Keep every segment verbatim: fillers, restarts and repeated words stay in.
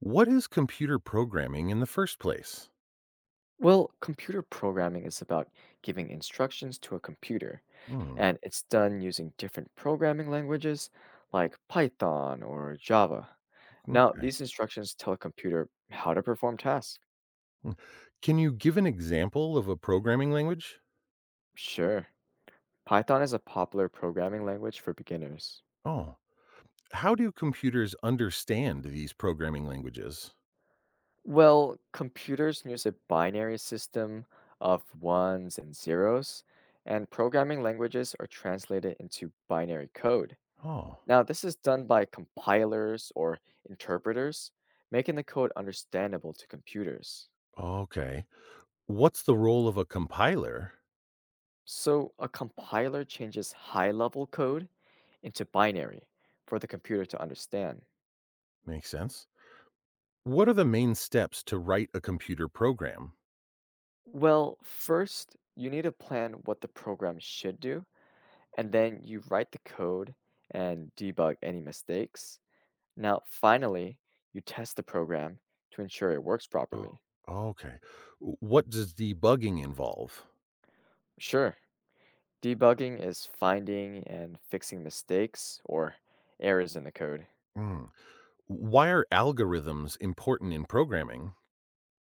What is computer programming in the first place? Well, computer programming is about giving instructions to a computer, Hmm. and it's done using different programming languages like Python or Java. Now, Okay. these instructions tell a computer how to perform tasks. Hmm. Can you give an example of a programming language? Sure, Python is a popular programming language for beginners. Oh, how do computers understand these programming languages? Well, computers use a binary system of ones and zeros, and programming languages are translated into binary code. Oh, Now, this is done by compilers or interpreters, making the code understandable to computers. okay. What's the role of a compiler? So, a compiler changes high level code into binary for the computer to understand. Makes sense. What are the main steps to write a computer program? Well, first, you need to plan what the program should do, and then you write the code and debug any mistakes. Now, finally, you test the program to ensure it works Oh, properly. okay. W- What does debugging involve? Sure, debugging is finding and fixing mistakes or errors in the code. Hmm. Why are algorithms important in programming?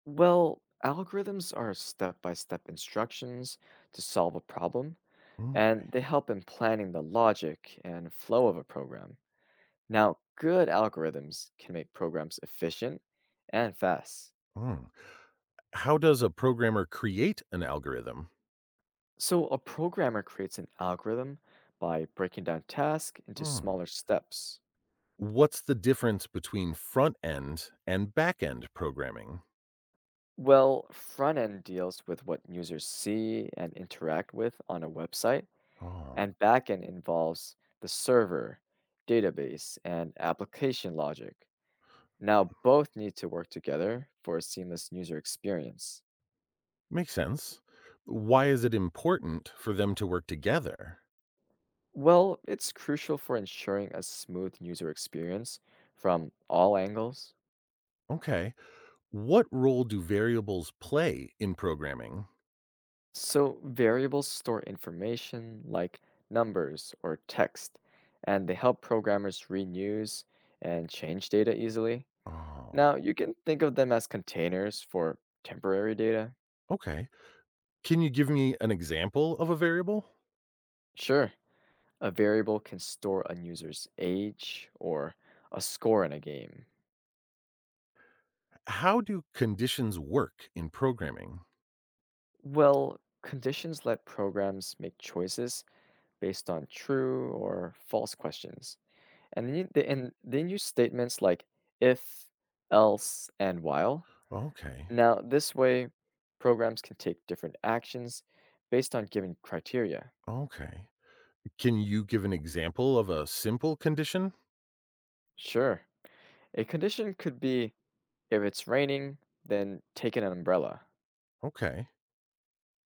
Well, algorithms are step by step instructions to solve a problem, Hmm, and they help in planning the logic and flow of a program. Now, good algorithms can make programs efficient and fast. hmm. How does a programmer create an algorithm? So, a programmer creates an algorithm by breaking down tasks into Mm. smaller steps. What's the difference between front end and back end programming? Well, front end deals with what users see and interact with on a website Oh. and backend involves the server, database, and application logic. Now, both need to work together for a seamless user experience. Makes sense. Why is it important for them to work together? Well, it's crucial for ensuring a smooth user experience from all angles. Okay. What role do variables play in programming? So, variables store information like numbers or text, and they help programmers reuse and change data easily. Oh. Now, you can think of them as containers for temporary data. Okay. Can you give me an example of a variable? Sure. A variable can store a user's age or a score in a game. How do conditions work in programming? Well, conditions let programs make choices based on true or false questions. And then you, they, and then use statements like if, else, and while. Okay. Now, this way, programs can take different actions based on given criteria. Okay. Can you give an example of a simple condition? Sure, a condition could be if it's raining, then take an umbrella. Okay.